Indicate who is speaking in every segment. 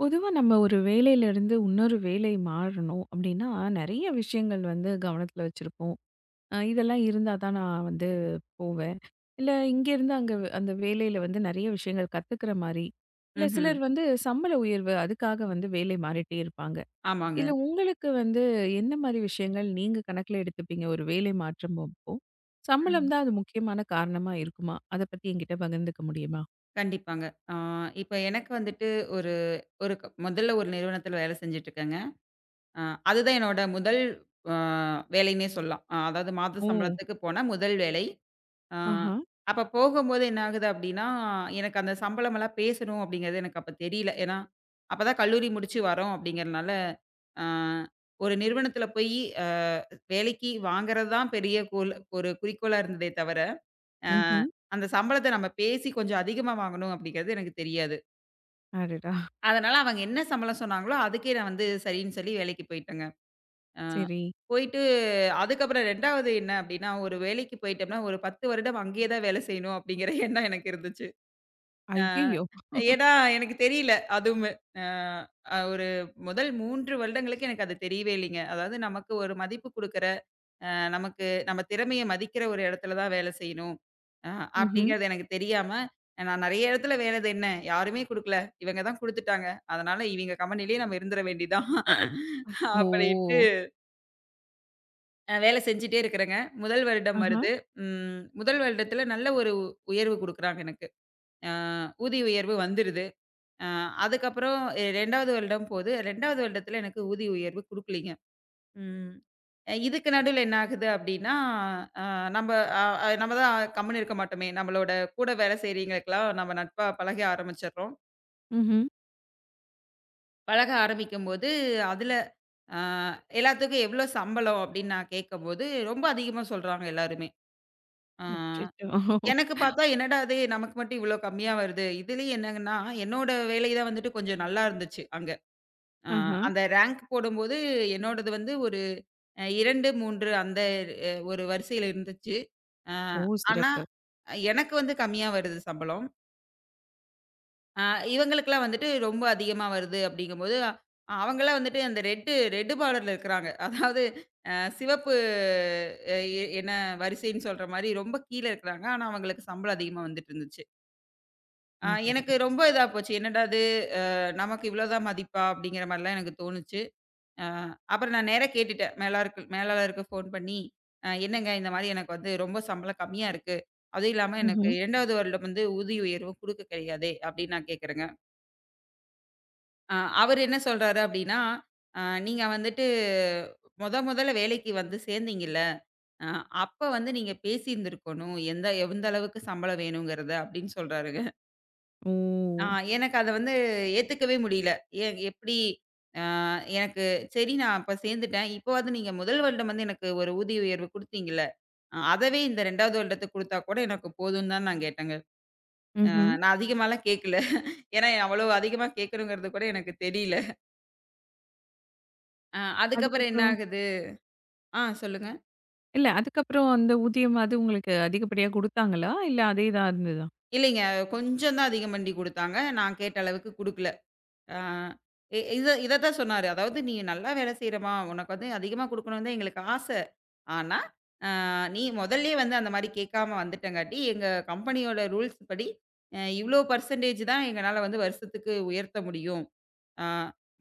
Speaker 1: பொதுவா நம்ம ஒரு வேலையிலேருந்து இன்னொரு வேலை மாறணும் அப்டின்னா, நெறைய விஷயங்கள் வந்து கவனத்துல வச்சிருப்போம். இதெல்லாம் இருந்தா தான் நான் வந்து போவேன். இல்ல இங்கேருந்து அங்க அந்த வேலையில வந்து நெறைய விஷயங்கள் கத்துக்கிற மாரி, இல்ல
Speaker 2: ம்ஹ்ம்.
Speaker 1: சிலர் வந்து சம்பள உயர்வு அதுக்காக வந்து வேலை மாறிட்டே இருப்பாங்க.
Speaker 2: ஆமாங்க.
Speaker 1: இதுல உங்களுக்கு வந்து எந்த மாரி விஷயங்கள் நீங்க கணக்குல எடுத்துப்பீங்க ஒரு வேலை மாற்றம் அப்போ? சம்பளம்
Speaker 2: ம்.
Speaker 1: தான் அது முக்கியமான காரணமா இருக்குமா? அத பத்தி என்கிட்ட பகிர்ந்துக்க முடியுமா?
Speaker 2: கண்டிப்பாங்க. ஆ இப்ப எனக்கு வந்துட்டு ஒரு ஒரு க முதல்ல ஒரு நிறுவனத்தில வேலை செஞ்சுட்டுருக்கேங்க. அ அதுதான் என்னோட முதல் அ வேலைன்னே சொல்லலாம். அதாவது மாத
Speaker 1: ஓ!
Speaker 2: சம்பளத்துக்கு போன முதல் வேலை. அ
Speaker 1: ஆஹா.
Speaker 2: அப்ப போகும்போது என்ன ஆகுது அப்டின்னா, எனக்கு அந்த சம்பளமெல்லாம் பேசணும் அப்டிங்கிறது எனக்கு அப்ப தெரியல. ஏன்னா, அப்பதான் கல்லூரி முடிச்சு வரோம் அப்டிங்கிறனால, அ ஒரு நிறுவனத்தில போயி அ வேலைக்கு வாங்குறது தான் பெரிய கோல் ஒரு குறிக்கோளா இருந்ததே தவிர ஆ
Speaker 1: ம்ஹ்ம்.
Speaker 2: அந்த சம்பளத்த நம்ம பேசி கொஞ்சம் அதிகமா வாங்கணும் அப்படிங்கிறது எனக்கு தெரியாது.
Speaker 1: அடடா!
Speaker 2: அதனால அவங்க என்ன சம்பளம் சொன்னாங்களோ, அதுக்கே நான் வந்து சரின்னு சொல்லி வேலைக்கு போயிட்டேங்க. ஆ
Speaker 1: சரி.
Speaker 2: போயிட்டு அதுக்கப்புறம் 2வது என்ன அப்படின்னா, ஒரு வேலைக்கு போயிட்டோம்னா, ஒரு 10 வருடம் அங்கேயே தான் வேலை செய்யணும் அப்படிங்கிற எண்ணம் எனக்கு இருந்துச்சு. ஆ
Speaker 1: ஐயோ.
Speaker 2: ஏன்னா எனக்கு தெரியல அதுவுமே. ஆ அ ஒரு முதல் 3 வருடங்களுக்கு எனக்கு அது தெரியவே இல்லைங்க. அதாவது நமக்கு ஒரு மதிப்பு குடுக்குற நமக்கு நம்ம திறமைய மதிக்கிற ஒரு இடத்துல தான் வேலை செய்யணும். அ
Speaker 1: ம்ஹ்ம்.
Speaker 2: அப்படிங்கிறது எனக்கு தெரியாம, நான் நெறைய இடத்துல வேலை இது என்ன யாருமே குடுக்கல. இவங்க தான் குடுத்துட்டாங்க. அதனால இவங்க கம்பெனிலேயே நம்ம இருந்துற வேண்டியதான். அப்படின்ட்டு
Speaker 1: ஓ!
Speaker 2: வேலை செஞ்சுட்டே இருக்கிறேங்க. முதல் வருடம்
Speaker 1: ஆஹா.
Speaker 2: வருது. முதல் வருடத்துல நல்ல ஒரு உயர்வு குடுக்குறாங்க எனக்கு. அ ஊதிய உயர்வு வந்துருது. அ அதுக்கப்புறம் 2வது வருடம் போது 2வது வருடத்துல எனக்கு ஊதிய உயர்வு குடுக்கலீங்க. ம். இதுக்கு நடுவுல என்ன ஆகுது அப்டின்னா, அ நம்ப அ அ நம்ம தான் கம்முனு இருக்க மாட்டோமே! நம்மளோட கூட வேலை செய்றவங்களுக்கெல்லாம் நம்ம நட்பா பழக ஆரம்பிச்சர்றோம்.
Speaker 1: ம்ஹ்ம்.
Speaker 2: பழக ஆரம்பிக்கும்போது, அதுல அ எல்லாத்துக்கும் எவ்ளோ சம்பளம் அப்டின்னு நான் கேட்கும்போது, ரொம்ப அதிகமா சொல்றாங்க எல்லாருமே. அ
Speaker 1: அச்சச்சோ!
Speaker 2: எனக்கு பார்த்தா, என்னடா இது நமக்கு மட்டும் இவ்ளோ கம்மியா வருது. இதுலயும் என்னங்கன்னா, என்னோட வேலை தான் வந்துட்டு கொஞ்சம் நல்லா இருந்துச்சு அங்க. அ
Speaker 1: ஆஹா.
Speaker 2: அந்த ரேங்க் போடும்போது என்னோடது வந்து ஒரு அ 2, 3 அந்த அ ஒரு வரிசையில இருந்துச்சு. அ
Speaker 1: ஓ!
Speaker 2: ஆனா,
Speaker 1: சிறப்பு.
Speaker 2: எனக்கு வந்து கம்மியா வருது சம்பளம். அ இவங்களுக்கெல்லாம் வந்துட்டு ரொம்ப அதிகமா வருது அப்படிங்கும்போது, அவங்கலாம் வந்துட்டு அந்த ரெட் பார்டர்ல இருக்கிறாங்க. அதாவது சிவப்பு அ எ என்ன வரிசைன்னு சொல்ற மாரி ரொம்ப கீழ இருக்கிறாங்க. ஆனா, அவங்களுக்கு சம்பளம் அதிகமா வந்துட்டு இருந்துச்சு.
Speaker 1: அடடா!
Speaker 2: எனக்கு ரொம்ப இதா போச்சு. என்னடா இது! அ நமக்கு இவ்வளோதான் மதிப்பா? அப்படிங்கிற மாரிலாம் எனக்கு தோணுச்சு. அ அப்புறம் நான் நேரா கேட்டுட்டேன். மேலாளருக்கு ஃபோன் பண்ணி, "என்னங்க இந்த மாரி எனக்கு வந்து ரொம்ப சம்பளம் கம்மியா இருக்கு. அதுவும் இல்லாம எனக்கு
Speaker 1: ம்ஹ்ம்.
Speaker 2: 2வது வருடம் வந்து ஊதிய உயர்வு குடுக்க கிடையாதே!" அப்படின்னு நான் கேட்குறேங்க. அ அவரு என்ன சொல்றாரு அப்படின்னா, "அ நீங்க வந்துட்டு மொதல்ல வேலைக்கு வந்து சேர்ந்தீங்கல்ல, அ அப்ப வந்து நீங்க பேசியிருந்திருக்கணும். எந்த எந்த அளவுக்கு சம்பளம் வேணுங்கிறத" அப்படின்னு சொல்றாருங்க.
Speaker 1: ஓ!
Speaker 2: ஆ எனக்கு அத வந்து ஏத்துக்கவே முடியல. எ எப்படி அ எனக்கு சரி நான் அப்ப சேர்ந்துட்டேன். இப்பவாவது நீங்க முதல் வருடம் வந்து எனக்கு ஒரு ஊதிய உயர்வு குடுத்தீங்கல்ல, அதவே இந்த 2வது வருடத்துக்கு குடுத்தா கூட எனக்கு போதும்னு தான் நான் கேட்டேங்க.
Speaker 1: ம்ஹ்ம்.
Speaker 2: நான் அதிகமாலாம் கேட்கல. ஏன்னா அவ்வளோ அதிகமா கேட்கணுங்கிறது கூட எனக்கு தெரியல. அதுக்கப்புறம் என்ன
Speaker 1: அதுக்கப்புறம்.
Speaker 2: ஆகுது சொல்லுங்க.
Speaker 1: இல்ல அதுக்கப்புறம் அந்த ஊதியம் அது உங்களுக்கு அதிகப்படியா குடுத்தாங்களா? இல்ல அதே தான் இருந்ததா?
Speaker 2: இல்லைங்க கொஞ்சம் தான் அதிகம் பண்ணி குடுத்தாங்க. நான் கேட்ட அளவுக்கு குடுக்கல. அ இ இத இத தான் சொன்னாரு. அதாவது "நீ நல்லா வேலை செய்றமா, உனக்கு வந்து அதிகமா குடுக்கணும்னு தான் எங்களுக்கு ஆசை. ஆனா, நீ முதல்லயே வந்து அந்த மாரி கேட்காம வந்துட்டங்காட்டி, எங்க கம்பெனியோட ரூல்ஸ் படி, இவ்ளோ பெர்சன்டேஜ் தான் எங்கனால வந்து வருஷத்துக்கு உயர்த்த முடியும். ஆ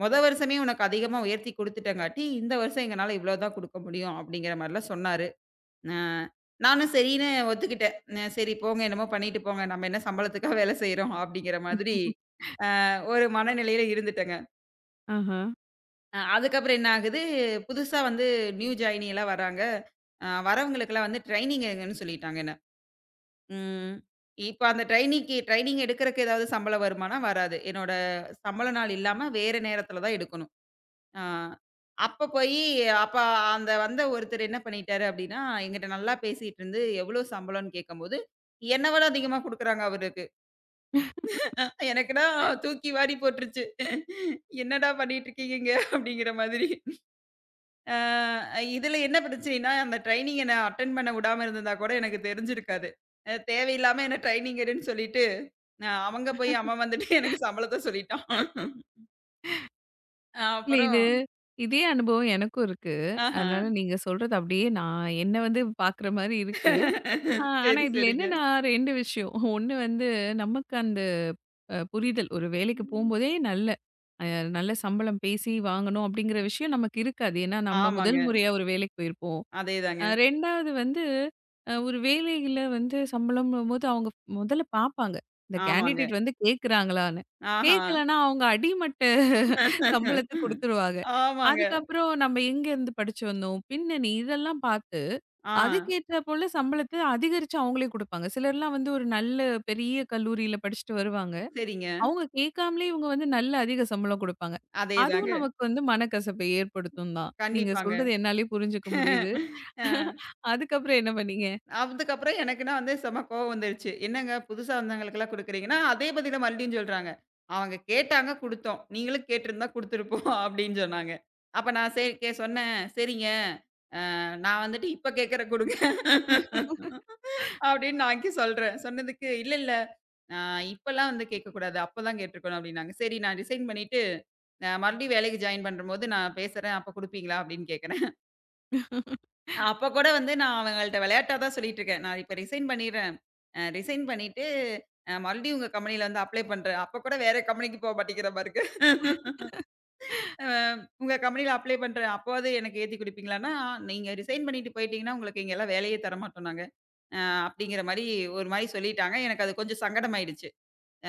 Speaker 2: மொத வருஷமே உனக்கு அதிகமா உயர்த்தி குடுத்துட்டங்காட்டி, இந்த வருஷம் எங்கனால இவ்ளோ தான் குடுக்க முடியும் அப்படிங்கிற மாரிலாம் சொன்னாரு. அ நானும் சரின்னு ஒத்துக்கிட்டேன். சரி போங்க என்னமோ பண்ணிட்டு போங்க. நம்ம என்ன சம்பளத்துக்கா வேலை செய்றோம் அப்படிங்கிற மாதிரி ஒரு மனநிலையில இருந்துட்டேங்க.
Speaker 1: ஆஹா.
Speaker 2: அதுக்கப்புறம் என்ன ஆகுது, புதுசா வந்து நியூ ஜாயினி எல்லாம் வராங்க. வரவங்களுக்கெல்லாம் வந்து ட்ரெய்னிங் எடுங்கன்னு சொல்லிட்டாங்க என்ன. ம். இப்ப அந்த ட்ரெய்னிங் எடுக்கறக்கு ஏதாவது சம்பளம் வருமான்னா, வராது. என்னோட சம்பள நாள் இல்லாம வேற நேரத்துல தான் எடுக்கணும். ஆ அப்ப போயி அப்ப அந்த வந்த ஒருத்தர் என்ன பண்ணிட்டாரு அப்டின்னா, என்கிட்ட நல்லா பேசிட்டுருந்து, எவ்ளோ சம்பளம்ன்னு கேட்கும்போது, என்ன விட அதிகமா குடுக்குறாங்க அவருக்கு. எனக்குன்னா தூக்கி வாரி போட்டுருச்சு. "என்னடா பண்ணிட்டுருக்கீங்கங்க?" அப்டிங்கிற மாதிரி. ஆ இதுல என்ன பிரச்சனைன்னா, அந்த ட்ரெய்னிங்க நான் அட்டெண்ட் பண்ண விடாம இருந்திருந்தா கூட எனக்கு தெரிஞ்சிருக்காது. தேவையில்லாம என்ன ட்ரெய்னிங் எடுன்னு சொல்லிட்டு அவங்க போய் அவன் வந்துட்டு எனக்கு சம்பளத்த சொல்லிட்டான்.
Speaker 1: இல்ல இது
Speaker 2: அப்புறம்
Speaker 1: இதே அனுபவம் எனக்கும் இருக்கு.
Speaker 2: ஆஹா.
Speaker 1: அதனால நீங்க சொல்றது அப்படியே நான் என்ன வந்து பார்க்குற மாரி இருக்கு. ஆ, ஆனா
Speaker 2: சரி,
Speaker 1: இதுல
Speaker 2: சரிங்க.
Speaker 1: என்னன்னா 2 விஷயம். ஒண்ணு வந்து நமக்கு அந்த புரிதல். ஒரு வேலைக்கு
Speaker 2: ம்.
Speaker 1: போம்போதே நல்ல அ நல்ல சம்பளம் பேசி வாங்கணும் அப்படிங்கிற விஷயம் நமக்கு இருக்காது. ஏன்னா நம்ம முதல்
Speaker 2: ஆமாங்க.
Speaker 1: முறையா ஒரு வேலைக்கு போயிருப்போம்.
Speaker 2: அதேதாங்க.
Speaker 1: 2வது வந்து, ஒரு வேலையில வந்து சம்பளம்ன்னும்போது அவங்க முதல்ல பார்ப்பாங்க. இந்த
Speaker 2: ஆமாங்க.
Speaker 1: கேண்டிடேட் வந்து கேட்குறாங்களான்னு.
Speaker 2: ஆஹா.
Speaker 1: கேட்கலன்னா அவங்க அடிமட்ட சம்பளத்த குடுத்துருவாங்க.
Speaker 2: ஆமாங்க.
Speaker 1: அதுக்கப்புறம் நம்ம எங்கேருந்து படிச்சு வந்தோம், பின்னணி இதெல்லாம் பார்த்து,
Speaker 2: ஆ.
Speaker 1: அதுக்கேற்ற போல சம்பளத்த அதிகரிச்சு அவங்களே குடுப்பாங்க. சிலர்லாம் வந்து ஒரு நல்ல பெரிய கல்லூரியில படிச்சுட்டு வருவாங்க.
Speaker 2: சரிங்க.
Speaker 1: அவங்க கேட்காமலே இவங்க வந்து நல்ல அதிக சம்பளம் குடுப்பாங்க.
Speaker 2: அதேதாங்க.
Speaker 1: அதுவும் நமக்கு வந்து மனக்கசப்பை ஏற்படுத்தும் தான். நீங்க
Speaker 2: கண்டிப்பாங்க.
Speaker 1: சொல்றது என்னாலயே புரிஞ்சுக்க முடியுது.
Speaker 2: அ
Speaker 1: அதுக்கப்புறம் என்ன பண்ணீங்க?
Speaker 2: அதுக்கப்புறம் எனக்குன்னா வந்து செம கோவம் வந்துருச்சு. என்னங்க புதுசா வந்தவங்களுக்கெல்லாம் குடுக்குறீங்கன்னா, அதே பதில மறுபடியும் சொல்றாங்க. அவங்க கேட்டாங்க குடுத்தோம். நீங்களும் கேட்டிருந்தா குடுத்துருப்போம் அப்படின்னு சொன்னாங்க. அப்ப நான் சே கே சொன்னேன். சரிங்க. நான் வந்துட்டு இப்ப கேட்கறேன் குடுங்க. அப்படின்னு நான் சொல்றேன். சொன்னதுக்கு, "இல்ல, இல்ல. அ இப்பலாம் வந்து கேட்கக்கூடாது. அப்பதான் கேட்டுருக்கணும்." அப்படின்னாங்க. சரி நான் ரிசைன் பண்ணிட்டு, நான் மறுபடியும் வேலைக்கு ஜாயின் பண்ணும்போது நான் பேசுறேன். அப்ப குடுப்பீங்களா? அப்படின்னு கேட்கறேன். அப்ப கூட வந்து நான் அவங்கள்ட்ட விளையாட்டா தான் சொல்லிட்டு இருக்கேன். நான் இப்ப ரிசைன் பண்ணிடுறேன். ரிசைன் பண்ணிட்டு, மறுபடியும் உங்க கம்பெனில வந்து அப்ளை பண்றேன். அப்ப கூட வேற கம்பெனிக்கு போ மாட்டேங்கிற மாரி இருக்கு. அ உங்க கம்பெனில அப்ளை பண்றேன். அப்பவாது எனக்கு ஏத்தி குடுப்பீங்களான்னா, நீங்க ரிசைன் பண்ணிட்டு போயிட்டீங்கன்னா, உங்களுக்கு இங்கலாம் வேலையே தரமாட்டோம் நாங்க. அ அப்டிங்கிற மாரி ஒரு மாரி சொல்லிட்டாங்க. எனக்கு அது கொஞ்சம் சங்கடமாயிடுச்சு.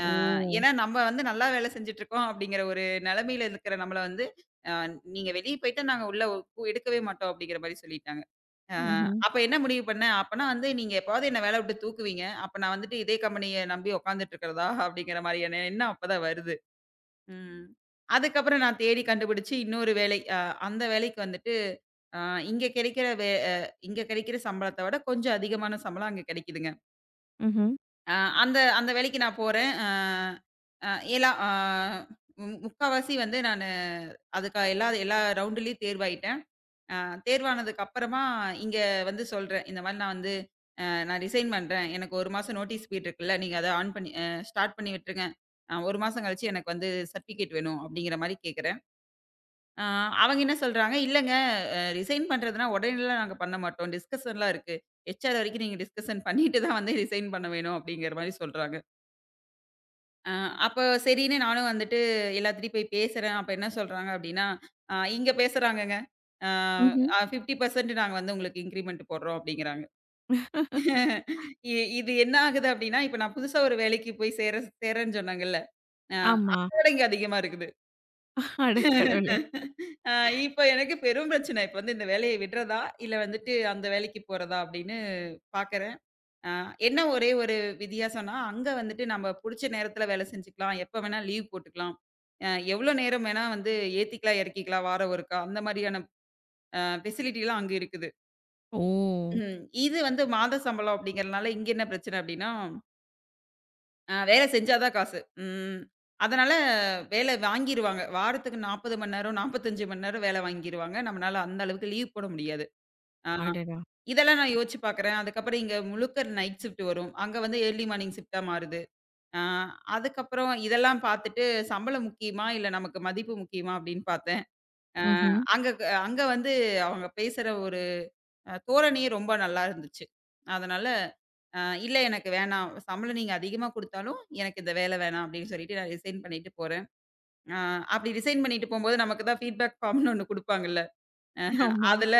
Speaker 2: அ
Speaker 1: ஓ!
Speaker 2: ஏன்னா நம்ம வந்து நல்லா வேலை செஞ்சுட்டுருக்கோம் அப்டிங்கிற ஒரு நெலமையில இருக்கிற நம்மள வந்து, அ நீங்க வெளிய போயிட்டா நாங்க உள்ள எடுக்கவே மாட்டோம் அப்டிங்கிற மாரி சொல்லிட்டாங்க. அ
Speaker 1: ம்ஹ்ம்.
Speaker 2: அப்ப என்ன முடிவு பண்ணேன், அப்பன்னா வந்து நீங்க எப்பவாவது என்ன வேல விட்டு தூக்குவீங்க. அப்ப நான் வந்துட்டு இதே கம்பெனிய நம்பி உட்காந்துட்டு இருக்கிறதா? அப்டிங்கிற மாரியான எண்ணம் அப்பதான் வருது. ம். அதுக்கப்புறம் நான் தேடி கண்டுபிடிச்சு இன்னொரு வேலை, அந்த வேலைக்கு வந்துட்டு அ இங்க கிடைக்கிற வே அ இங்க கிடைக்கிற சம்பளத்த விட கொஞ்சம் அதிகமான சம்பளம் அங்க கிடைக்குதுங்க.
Speaker 1: ம்ஹ்ம்.
Speaker 2: அ அந்த அந்த வேலைக்கு நான் போறேன். அ அ எல்லா அ மு முக்காவாசி வந்து நானு அதுக்கு எல்லா எல்லா ரவுண்டுலயும் தேர்வாயிட்டேன். அ தேர்வானதுக்கு அப்புறமா இங்க வந்து சொல்றேன். இந்த மாரி நான் வந்து நான் ரிசைன் பண்றேன். எனக்கு 1 மாசம் நோட்டீஸ் பீரியட் இருக்குல்ல. நீங்க அத ஆன் பண்ணி ஸ்டார்ட் பண்ணி விட்டுருங்க. 1 மாசம் கழிச்சு எனக்கு வந்து சர்டிஃபிகேட் வேணும் அப்படிங்கிற மாரி கேட்கிறேன். ஆ, அவங்க என்ன சொல்றாங்க, "இல்லங்க ரிசைன் பண்றதுனா உடனேலாம் நாங்க பண்ண மாட்டோம். டிஸ்கஷன்லாம் இருக்கு. ஹெச்ஆர் வரைக்கும் நீங்க டிஸ்கஷன் பண்ணிட்டு தான் வந்து ரிசைன் பண்ண வேணும்." அப்படிங்கிற மாரி சொல்றாங்க. அ அப்போ சரின்னு நானும் வந்துட்டு எல்லாத்துட்டயும் போய் பேசுறேன். அப்ப என்ன சொல்றாங்க அப்படின்னா, இங்க பேசுறாங்கங்க. அ
Speaker 1: ம்ஹ்ம்.
Speaker 2: அ 50% நாங்க வந்து உங்களுக்கு இன்கிரிமெண்ட் போடுறோம்." அப்படிங்கிறாங்க. இ இது என்ன ஆகுது அப்படின்னா, இப்ப நான் புதுசா ஒரு வேலைக்கு போய் சேர்றேன்னு சொன்னாங்கல்ல, அ
Speaker 1: ஆமா.
Speaker 2: அதோட இங்க அதிகமா இருக்குது.
Speaker 1: அட கடவுளே!
Speaker 2: அ இப்ப எனக்கு பெரும் பிரச்சனை. இப்ப வந்து இந்த வேலைய விடுறதா? இல்ல வந்துட்டு அந்த வேலைக்கு போறதா? அப்படின்னு பார்க்குறேன். அ என்ன ஒரே ஒரு வித்தியாசம்னா, அங்க வந்துட்டு நம்ம புடிச்ச நேரத்துல வேலை செஞ்சுக்கலாம். எப்ப வேணா லீவ் போட்டுக்கலாம். அ எவ்வளோ நேரம் வேணா வந்து ஏத்திக்கலாம், இறக்கிக்கலாம் வாரம் ஒருக்கா. அந்த மாரியான ஃபெசிலிட்டிலாம் அங்க இருக்குது.
Speaker 1: ஓ!
Speaker 2: ம். இது வந்து மாத சம்பளம் அப்படிங்கிறனால இங்க என்ன பிரச்சனை அப்படின்னா வேலை செஞ்சா தான் காசு. ம். அதனால வேலை வாங்கிருவாங்க. வாரத்துக்கு 40 மணி நேரம், 45 மணி நேரம் வேலை வாங்கிருவாங்க. நம்மனால அந்த அளவுக்கு லீவ் போட முடியாது. ஆ
Speaker 1: அடடா!
Speaker 2: இதெல்லாம் நான் யோசிச்சு பார்க்குறேன். அதுக்கப்புறம் இங்க முழுக்க நைட் ஷிஃப்ட் வரும். அங்க வந்து ஏர்லி மார்னிங் ஷிஃப்ட்டா மாறுது. ஆ அதுக்கப்புறம் இதெல்லாம் பார்த்துட்டு சம்பளம் முக்கியமா? இல்ல நமக்கு மதிப்பு முக்கியமா? அப்படின்னு பார்த்தேன். ஆ
Speaker 1: ம்ஹ்ம்.
Speaker 2: அங்க வந்து அவங்க பேசுற ஒரு தோரணையே ரொம்ப நல்லா இருந்துச்சு. அதனால, அ "இல்ல எனக்கு வேணாம். சம்பளம் நீங்க அதிகமா குடுத்தாலும், எனக்கு இந்த வேலை வேணாம்" அப்படின்னு சொல்லிட்டு நான் ரிசைன் பண்ணிட்டு போறேன். அ அப்படி ரிசைன் பண்ணிட்டு போம்போது நமக்கு தான் ஃபீட்பேக் ஃபார்ம்னு ஒண்ணு குடுப்பாங்கல்ல.
Speaker 1: ஆமா.
Speaker 2: அதுல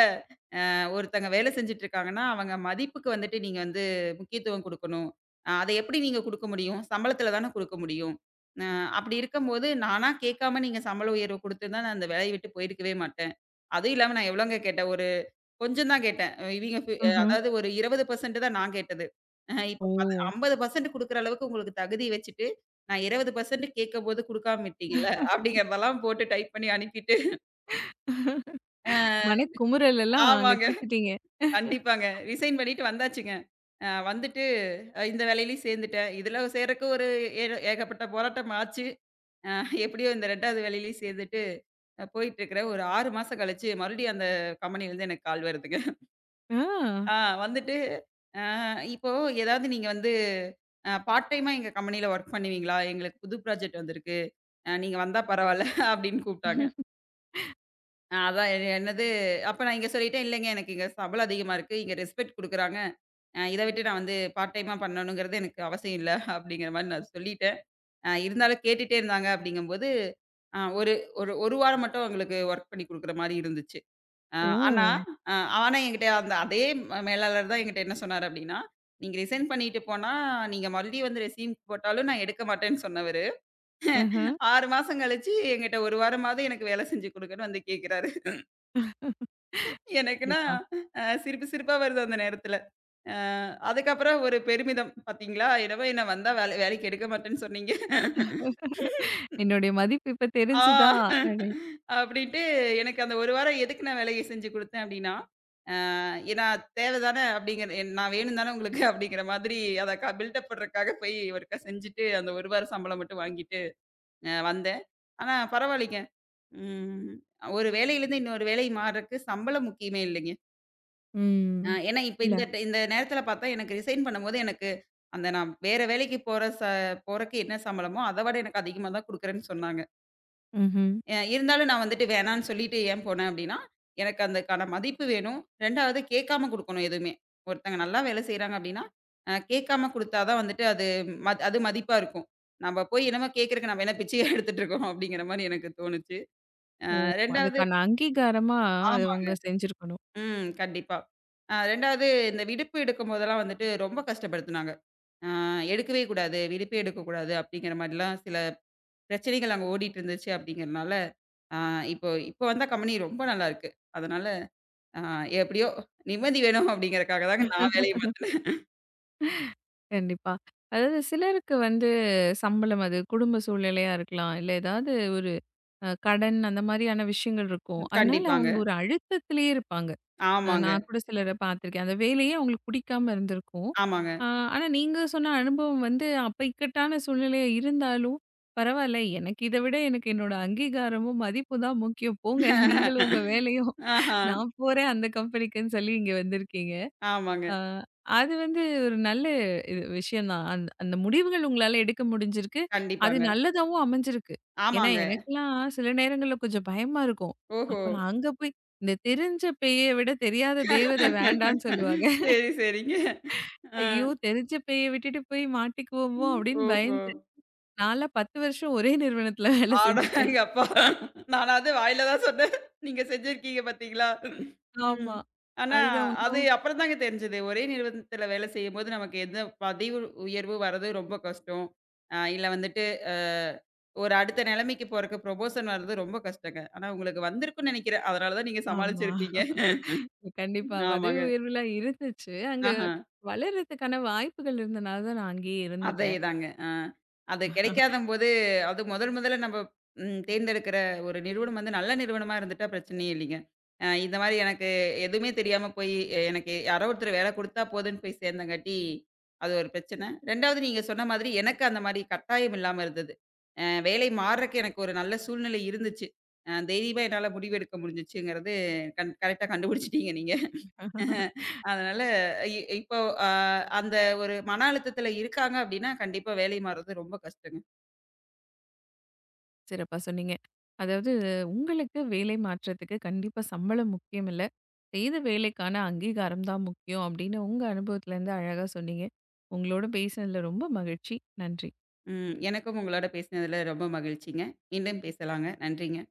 Speaker 2: ஒருத்தங்க வேலை செஞ்சுட்டு இருக்காங்கன்னா, அவங்க மதிப்புக்கு வந்துட்டு நீங்க வந்து முக்கியத்துவம் குடுக்கணும். அத எப்படி நீங்க குடுக்க முடியும்? சம்பளத்துல தானே குடுக்க முடியும். அ அப்படி இருக்கும்போது, நானா கேட்காம நீங்க சம்பள உயர்வு குடுத்திருந்தா நான் அந்த வேலைய விட்டு போயிருக்கவே மாட்டேன். அதுவும் இல்லாம நான் எவ்வளோங்க கேட்டேன்? ஒரு கொஞ்சம் தான் கேட்டேன். இவிங்க பி
Speaker 1: ம்ஹ்ம்.
Speaker 2: அதாவது ஒரு 20% தான் நான் கேட்டது. இப்ப பாத்
Speaker 1: ஓ!
Speaker 2: 50% குடுக்குற அளவுக்கு உங்களுக்கு தகுதி வச்சுட்டு, நான் 20% கேட்கும்போது குடுக்காம விட்டீங்கல்ல, அப்படிங்கிறதெல்லாம் போட்டு டைப் பண்ணி அனுப்பிட்டு அ
Speaker 1: மனக்குமுறல் எல்லாம் அங்க
Speaker 2: ஆமாங்க.
Speaker 1: தீர்த்துட்டீங்க.
Speaker 2: கண்டிப்பாங்க. ரிசைன் பண்ணிட்டு வந்தாச்சுங்க. வந்துட்டு இந்த வேலையிலயும் சேர்ந்துட்டேன். இதுல சேர்றக்கு ஒரு ஏ ஏகப்பட்ட போராட்டம் ஆச்சு. அ எப்படியோ இந்த 2வது வேலையிலயும் சேர்ந்துட்டு, போயிட்டுருக்கிறேன். ஒரு 6 மாசம் கழிச்சு மறுபடியும் அந்த கம்பெனியிலருந்து எனக்கு கால் வருதுங்க.
Speaker 1: ஆ.
Speaker 2: ஆ வந்துட்டு, அ இப்போ ஏதாவது நீங்க வந்து பார்ட் டைமா எங்க கம்பெனில வொர்க் பண்ணுவீங்களா? எங்களுக்கு புது ப்ராஜெக்ட் வந்திருக்கு. நீங்க வந்தா பரவால்ல அப்படின்னு கூப்பிட்டாங்க. அதான் எ என்னது அப்ப நான் இங்க சொல்லிட்டேன், இல்லைங்க எனக்கு இங்க சம்பளம் அதிகமா இருக்கு. இங்க ரெஸ்பெக்ட் குடுக்குறாங்க. இத விட்டு நான் வந்து பார்ட் டைமா பண்ணணுங்கிறது எனக்கு அவசியம் இல்ல அப்படிங்கிற மாரி நான் சொல்லிட்டேன். இருந்தாலும் கேட்டுட்டே இருந்தாங்க அப்படிங்கும்போது, அ ஒரு ஒரு 1 வாரம் மட்டும் அவங்களுக்கு வொர்க் பண்ணி குடுக்குற மாரி இருந்துச்சு. அ ஆனா,
Speaker 1: ஓ!
Speaker 2: அ ஆனா என்கிட்ட அந்த அதே மேலாளர் தான் என்கிட்ட என்ன சொன்னாரு அப்டின்னா, "நீங்க ரிசைன் பண்ணிட்டு போனா, நீங்க மறுபடியும் வந்து ரெஸ்யூம் போட்டாலும் நான் எடுக்க மாட்டேன்னு" சொன்னவரு,
Speaker 1: ஆஹா.
Speaker 2: 6 மாசம் கழிச்சு என்கிட்ட 1 வாரமாவது எனக்கு வேலை செஞ்சு குடுங்கன்னு வந்து கேட்கிறாரு. எனக்குன்னா
Speaker 1: கண்டிப்பா.
Speaker 2: சிரிப்பு சிரிப்பா வருது அந்த நேரத்துல. அ அதுக்கப்புறம் ஒரு பெருமிதம், "பாத்தீங்களா, என்னவோ என்ன வந்தா வேலைக்கு எடுக்க மாட்டேன்னு சொன்னீங்க."
Speaker 1: என்னுடைய மதிப்பு இப்ப
Speaker 2: ஆ
Speaker 1: தெரிஞ்சுதா? அப்டி.
Speaker 2: அப்டின்ட்டு எனக்கு அந்த 1 வாரம் எதுக்கு நான் வேலைய செஞ்சு குடுத்தேன் அப்டின்னா, ஏன்னா தேவைதான அப்படிங்கிற நான் வேணும் தானே உங்களுக்கு அப்படிங்கிற மாதிரி அத க பில்டப் பண்றதுக்காக போய் ஒருக்கா செஞ்சுட்டு, அந்த ஒரு வார சம்பளம் மட்டும் வாங்கிட்டு வந்தேன். ஆனா பரவாயில்லைங்க. ம். ஒரு வேலையிலேருந்து இன்னொரு வேலை மாறுறக்கு சம்பளம் முக்கியமே இல்லைங்க.
Speaker 1: ம்.
Speaker 2: ஏன்னா இப்ப
Speaker 1: இல்ல.
Speaker 2: இந்த நேரத்தில பார்த்தா எனக்கு ரிசைன் பண்ணும்போது எனக்கு அந்த நான் வேற வேலைக்கு போறக்கு என்ன சம்பளமோ, அத விட எனக்கு அதிகமா தான் குடுக்குறேன்னு சொன்னாங்க.
Speaker 1: ம்ஹ்ம்.
Speaker 2: இருந்தாலும் நான் வந்துட்டு வேணான்னு சொல்லிட்டு ஏன் போனேன் அப்டின்னா, எனக்கு அதுக்கான மதிப்பு வேணும். 2வது கேட்காம குடுக்கணும் எதுவுமே. ஒருத்தங்க நல்லா வேலை செய்றாங்க அப்டின்னா, கேட்காம குடுத்தா தான் வந்துட்டு அது அது மதிப்பா இருக்கும். நம்ம போய் என்னமோ கேட்கறக்கு நம்ம என்ன பிச்சையா எடுத்துட்டு இருக்கோம் அப்டிங்கிற மாரி எனக்கு தோணுச்சு.
Speaker 1: ஓ!
Speaker 2: 2வது
Speaker 1: அதுக்கான அங்கீகாரமா அத
Speaker 2: ஆமாங்க.
Speaker 1: அவங்க செஞ்சிருக்கணும்.
Speaker 2: ம். கண்டிப்பா. 2வது இந்த விடுப்பு எடுக்கும்போதெல்லாம் வந்துட்டு ரொம்ப கஷ்டப்படுத்துனாங்க. அ எடுக்கவே கூடாது, விடுப்பே எடுக்கக்கூடாது அப்டிங்கிற மாரிலாம் சில பிரச்சனைகள் அங்க ஓடிட்டு இருந்துச்சு அப்படிங்கிறனால, ஆ இப்போ இப்போ வந்த கம்பெனி ரொம்ப நல்லாருக்கு. அதனால ஆ எப்படியோ நிம்மதி வேணும் அப்படிங்கிறக்காக தாங்க நான் வேலைய மாத்
Speaker 1: கண்டிப்பா. அதாவது சிலருக்கு வந்து சம்பளம் அது குடும்ப சூழ்நிலையா இருக்கலாம். இல்ல ஏதாவது ஒரு கடன் அந்த மாரியான விஷயங்கள் இருக்கும். அதனால
Speaker 2: கண்டிப்பாங்க.
Speaker 1: அவங்க ஒரு அழுத்தத்திலேயே இருப்பாங்க.
Speaker 2: ஆமாங்க,
Speaker 1: நான் கூட சிலர பார்த்துருக்கேன். அந்த வேலையே அவங்களுக்கு பிடிக்காம இருந்திருக்கும்.
Speaker 2: ஆமாங்க.
Speaker 1: ஆ. ஆனா நீங்க சொன்ன அனுபவம் வந்து அப்ப இக்கட்டான சூழ்நிலையா இருந்தாலும், பரவால்ல எனக்கு இத விட எனக்கு என்னோட அங்கீகாரமும், மதிப்பும் தான் முக்கியம். போங்க நீங்களும் உங்க வேலையும்
Speaker 2: ஆஹா,
Speaker 1: நான் போறேன் அந்த கம்பெனிக்குன்னு சொல்லி இங்க வந்திருக்கீங்க.
Speaker 2: ஆமாங்க.
Speaker 1: ஆ, அது வந்து ஒரு நல்ல இது விஷயம் தான். அந்த அந்த முடிவுகள் உங்களால எடுக்க முடிஞ்சிருக்கு. அது
Speaker 2: கண்டிப்பாங்க.
Speaker 1: நல்லதாவும் அமைஞ்சிருக்கு. ஏன்னா,
Speaker 2: ஆமாங்க.
Speaker 1: எனக்கெல்லாம் சில நேரங்கள்ல கொஞ்சம் பயமா இருக்கும்.
Speaker 2: ஓஹோ!
Speaker 1: அப்புறம் அங்க போய் இந்த தெரிஞ்ச பேய விட தெரியாத தேவதை வேண்டான்னு சொல்லுவாங்க.
Speaker 2: சரி, சரிங்க. ஆ.
Speaker 1: ஐயோ! தெரிஞ்ச பேய விட்டுட்டு போய் மாட்டிக்குவோமோ! அப்டின்னு
Speaker 2: ஓஹோ!
Speaker 1: பயந்து நான்லாம் 10 வருஷம் ஒரே நிறுவனத்துல வேல செஞ்சுட்டேன்.
Speaker 2: அடேங்கப்பா! நானாவது வாயில தான் சொன்னேன். நீங்க செஞ்சிருக்கீங்க பார்த்தீங்களா? ம்.
Speaker 1: ஆமா.
Speaker 2: ஆனா,
Speaker 1: அதுதான்
Speaker 2: அது
Speaker 1: இன்னும்.
Speaker 2: அப்புறம் தாங்க தெரிஞ்சது. ஒரே நிறுவனத்தில வேலை செய்யும்போது நமக்கு எந்த பதவி உயர்வு வர்றது ரொம்ப கஷ்டம். இல்ல வந்துட்டு அ ஒரு அடுத்த நிலைமைக்கு போறக்கு ப்ரொமோஷன் வர்றது ரொம்ப கஷ்டங்க. ஆனா உங்களுக்கு வந்திருக்கும்னு நெனைக்கிறேன். அதனால தான் நீங்க
Speaker 1: ஆமா.
Speaker 2: சமாளிச்சிருப்பீங்க.
Speaker 1: கண்டிப்பா. பதவி
Speaker 2: ஆமாங்க.
Speaker 1: உயர்வுலாம் இருந்துச்சு. அங்க
Speaker 2: ஆஹ.
Speaker 1: வளர்றதுக்கான வாய்ப்புகள் இருந்தனால தான் நான் அங்கேயே இருந்துட்டேன்.
Speaker 2: அதேதாங்க. ஆ. அது கிடைக்காதம்போது அது முதல் முதல்ல நம்ம தேர்ந்தெடுக்கிற ஒரு நிறுவனம் வந்து நல்ல நிறுவனமா இருந்துட்டா பிரச்சனையே இல்லைங்க. இந்த மாரி எனக்கு எதுவுமே தெரியாம போய் எனக்கு யாரோ ஒருத்தர் வேலை குடுத்தா போதுன்னு போய் சேர்ந்தங்காட்டி, அது ஒரு பிரச்சனை. 2வது நீங்க சொன்ன மாதிரி எனக்கு அந்த மாரி கட்டாயம் இல்லாம இருந்தது. வேலை மாறுறக்கு எனக்கு ஒரு நல்ல சூழ்நிலை இருந்துச்சு. தைரியமா என்னால முடிவெடுக்க முடிஞ்சுச்சுங்கிறது கரெக்ட்டா கண்டுபிடிச்சுட்டீங்க நீங்க. அதனால இப்போ அ அந்த ஒரு மன அழுத்தத்துல இருக்காங்க அப்படின்னா, கண்டிப்பா வேலை மாறுறது ரொம்ப கஷ்டங்க.
Speaker 1: சிறப்பா சொன்னீங்க. அதாவது உங்களுக்கு வேலை மாற்றத்துக்கு கண்டிப்பா சம்பளம் முக்கியம் இல்ல. செய்த வேலைக்கான அங்கீகாரம் தான் முக்கியம் அப்படின்னு உங்க அனுபவத்திலேருந்து அழகா சொன்னீங்க. உங்களோட பேசினதில ரொம்ப மகிழ்ச்சி. நன்றி.
Speaker 2: ம். எனக்கும் உங்களோட பேசினதுல ரொம்ப மகிழ்ச்சிங்க. மீண்டும் பேசலாங்க. நன்றிங்க.